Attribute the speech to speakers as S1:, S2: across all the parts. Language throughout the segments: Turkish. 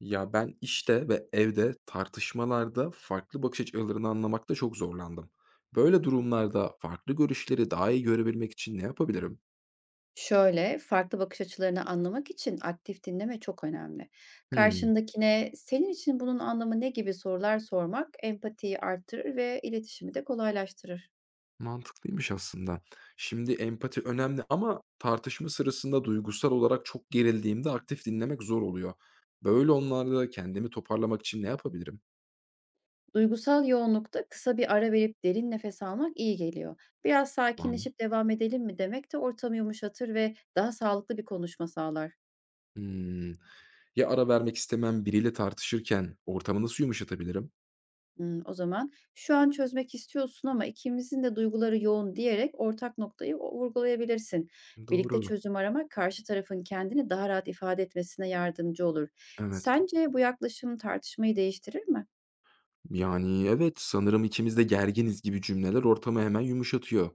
S1: Ya, ben işte ve evde tartışmalarda farklı bakış açılarını anlamakta çok zorlandım. Böyle durumlarda farklı görüşleri daha iyi görebilmek için ne yapabilirim?
S2: Şöyle, farklı bakış açılarını anlamak için aktif dinleme çok önemli.
S1: Hımm,
S2: Karşındakine "Senin için bunun anlamı ne?" gibi sorular sormak empatiyi artırır ve iletişimi de kolaylaştırır.
S1: mantıklıymış aslında. Şimdi empati önemli ama tartışma sırasında duygusal olarak çok gerildiğimde aktif dinlemek zor oluyor. Böyle anlarda kendimi toparlamak için ne yapabilirim?
S2: Duygusal yoğunlukta kısa bir ara verip derin nefes almak iyi geliyor. Biraz
S1: Tamam.
S2: sakinleşip devam edelim mi demek de ortamı yumuşatır ve daha sağlıklı bir konuşma sağlar.
S1: Hımm. Ya, ara vermek istemem biriyle tartışırken ortamı nasıl yumuşatabilirim?
S2: Hımm, o zaman "Şu an çözmek istiyorsun ama ikimizin de duyguları yoğun." diyerek ortak noktayı o vurgulayabilirsin. Birlikte
S1: Doğru,
S2: çözüm aramak karşı tarafın kendini daha rahat ifade etmesine yardımcı olur.
S1: evet.
S2: Sence bu yaklaşım tartışmayı değiştirir mi?
S1: Yani evet, sanırım ikimiz de gerginiz gibi cümleler ortamı hemen yumuşatıyor.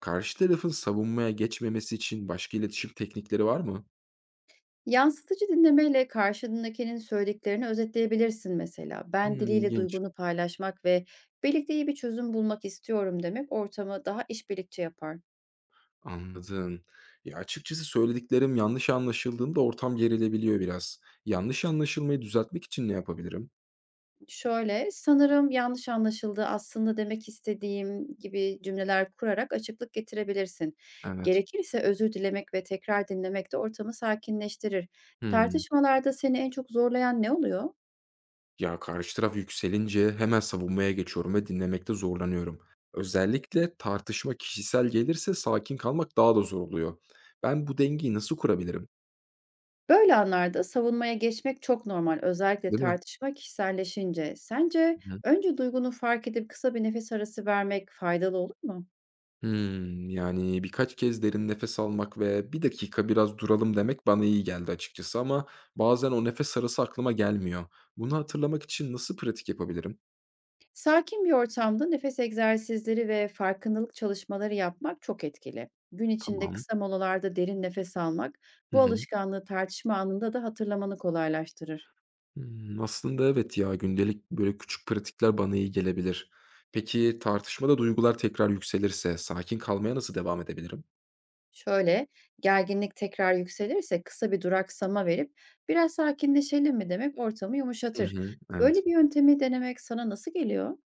S1: Karşı tarafın savunmaya geçmemesi için başka iletişim teknikleri var mı?
S2: Yansıtıcı dinlemeyle karşındakinin söylediklerini özetleyebilirsin mesela. "Ben"
S1: Hmm,
S2: diliyle
S1: ilginç.
S2: duygunu paylaşmak ve "Birlikte iyi bir çözüm bulmak istiyorum." demek ortamı daha işbirlikçi yapar.
S1: Anladım. Ya açıkçası söylediklerim yanlış anlaşıldığında ortam gerilebiliyor biraz. Yanlış anlaşılmayı düzeltmek için ne yapabilirim?
S2: Şöyle, sanırım yanlış anlaşıldı, aslında demek istediğim gibi cümleler kurarak açıklık getirebilirsin.
S1: Evet.
S2: Gerekirse özür dilemek ve tekrar dinlemek de ortamı sakinleştirir.
S1: Hmm.
S2: Tartışmalarda seni en çok zorlayan ne oluyor?
S1: Ya karşı taraf yükselince hemen savunmaya geçiyorum ve dinlemekte zorlanıyorum. Özellikle tartışma kişisel gelirse sakin kalmak daha da zor oluyor. Ben bu dengeyi nasıl kurabilirim?
S2: Böyle anlarda savunmaya geçmek çok normal. Özellikle
S1: Değil mi?
S2: tartışma kişiselleşince. Sence önce duygunu fark edip kısa bir nefes arası vermek faydalı olur mu?
S1: Hımm. Yani, birkaç kez derin nefes almak ve bir dakika biraz duralım." demek bana iyi geldi açıkçası ama bazen o nefes arası aklıma gelmiyor. Bunu hatırlamak için nasıl pratik yapabilirim?
S2: Sakin bir ortamda nefes egzersizleri ve farkındalık çalışmaları yapmak çok etkili. Gün içinde
S1: Tamam.
S2: kısa molalarda derin nefes almak
S1: Hı
S2: bu
S1: hı.
S2: alışkanlığı tartışma anında da hatırlamanı kolaylaştırır.
S1: Hımm, aslında evet ya, gündelik böyle küçük pratikler bana iyi gelebilir. Peki tartışmada duygular tekrar yükselirse sakin kalmaya nasıl devam edebilirim?
S2: Şöyle, gerginlik tekrar yükselirse kısa bir duraksama verip biraz sakinleşelim mi demek ortamı
S1: Hı
S2: yumuşatır.
S1: hı. Evet.
S2: Böyle bir yöntemi denemek sana nasıl geliyor?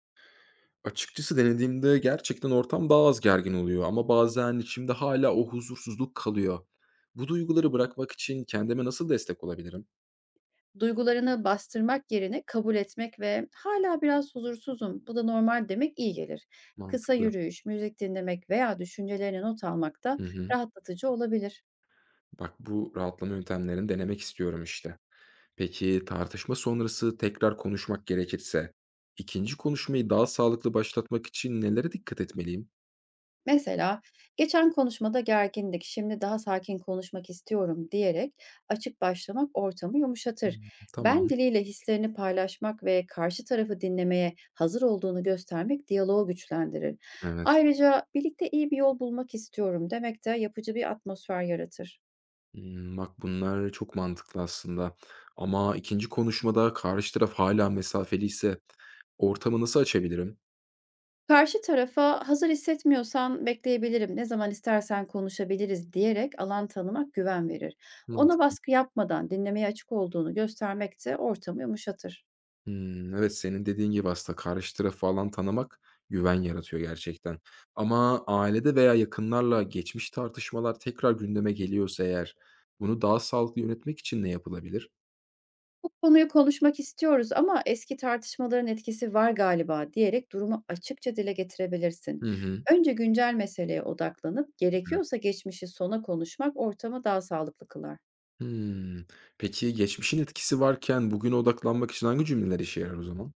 S1: Açıkçası denediğimde gerçekten ortam daha az gergin oluyor ama bazen içimde hala o huzursuzluk kalıyor. Bu duyguları bırakmak için kendime nasıl destek olabilirim?
S2: Duygularını bastırmak yerine kabul etmek ve hala biraz huzursuzum, bu da normal." demek iyi gelir. Kısa
S1: Mantıklı.
S2: yürüyüş, müzik dinlemek veya düşüncelerini not almak da
S1: Hı hı.
S2: rahatlatıcı olabilir.
S1: Bak, bu rahatlama yöntemlerini denemek istiyorum işte. Peki, tartışma sonrası tekrar konuşmak gerekirse ikinci konuşmayı daha sağlıklı başlatmak için nelere dikkat etmeliyim?
S2: Mesela, "Geçen konuşmada gergindik, şimdi daha sakin konuşmak istiyorum." diyerek açık başlamak ortamı yumuşatır.
S1: Hımm,
S2: Ben
S1: tamam.
S2: diliyle hislerini paylaşmak ve karşı tarafı dinlemeye hazır olduğunu göstermek diyaloğu güçlendirir.
S1: Evet.
S2: Ayrıca "Birlikte iyi bir yol bulmak istiyorum." demek de yapıcı bir atmosfer yaratır.
S1: Hımm, bak bunlar çok mantıklı aslında ama ikinci konuşmada karşı taraf hâlâ mesafeliyse ortamı nasıl açabilirim?
S2: Karşı tarafa hazır hissetmiyorsan bekleyebilirim, ne zaman istersen konuşabiliriz diyerek alan tanımak güven verir. Ona
S1: Mantıklı.
S2: baskı yapmadan dinlemeye açık olduğunu göstermek de ortamı yumuşatır.
S1: Hımm, evet, senin dediğin gibi aslında karşı tarafı alan tanımak güven yaratıyor gerçekten ama ailede veya yakınlarla geçmiş tartışmalar tekrar gündeme geliyorsa eğer bunu daha sağlıklı yönetmek için ne yapılabilir?
S2: Bu konuyu konuşmak istiyoruz ama eski tartışmaların etkisi var galiba diyerek durumu açıkça dile getirebilirsin.
S1: Hı hı,
S2: Önce güncel meseleye odaklanıp
S1: evet.
S2: gerekiyorsa geçmişi sona konuşmak ortamı daha sağlıklı kılar.
S1: Hımm. Peki geçmişin etkisi varken bugüne odaklanmak için hangi cümleler işe yarar o zaman?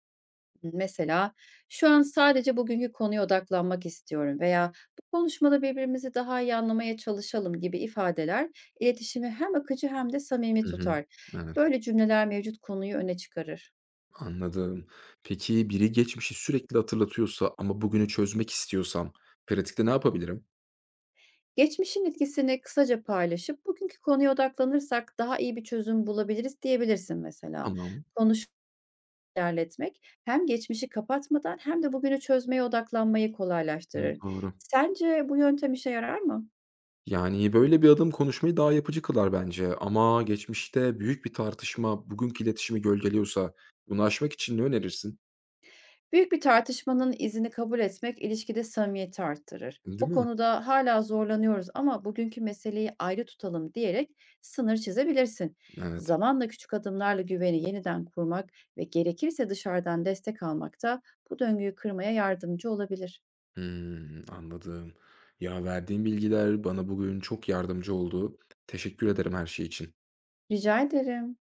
S2: Mesela şu an sadece bugünkü konuya odaklanmak istiyorum veya bu konuşmada birbirimizi daha iyi anlamaya çalışalım gibi ifadeler iletişimi hem akıcı hem de samimi
S1: Hı hı,
S2: tutar.
S1: evet.
S2: Böyle cümleler mevcut konuyu öne çıkarır.
S1: Anladım. Peki biri geçmişi sürekli hatırlatıyorsa ama bugünü çözmek istiyorsam pratikte ne yapabilirim?
S2: Geçmişin etkisini kısaca paylaşıp bugünkü konuya odaklanırsak daha iyi bir çözüm bulabiliriz diyebilirsin mesela.
S1: Tamam.
S2: Konuş ilerletmek hem geçmişi kapatmadan hem de bugünü çözmeye odaklanmayı
S1: Hı,
S2: kolaylaştırır.
S1: doğru.
S2: Sence bu yöntem işe yarar mı?
S1: Yani böyle bir adım konuşmayı daha yapıcı kılar bence ama geçmişte büyük bir tartışma bugünkü iletişimi gölgeliyorsa bunu aşmak için ne önerirsin?
S2: Büyük bir tartışmanın izini kabul etmek ilişkide samimiyeti arttırır.
S1: Değil
S2: O
S1: mi?
S2: konuda hala zorlanıyoruz ama bugünkü meseleyi ayrı tutalım diyerek sınır çizebilirsin.
S1: Evet.
S2: Zamanla küçük adımlarla güveni yeniden kurmak ve gerekirse dışarıdan destek almak da bu döngüyü kırmaya yardımcı olabilir.
S1: Hmm, anladım. Ya verdiğin bilgiler bana bugün çok yardımcı oldu. Teşekkür ederim her şey için.
S2: Rica ederim.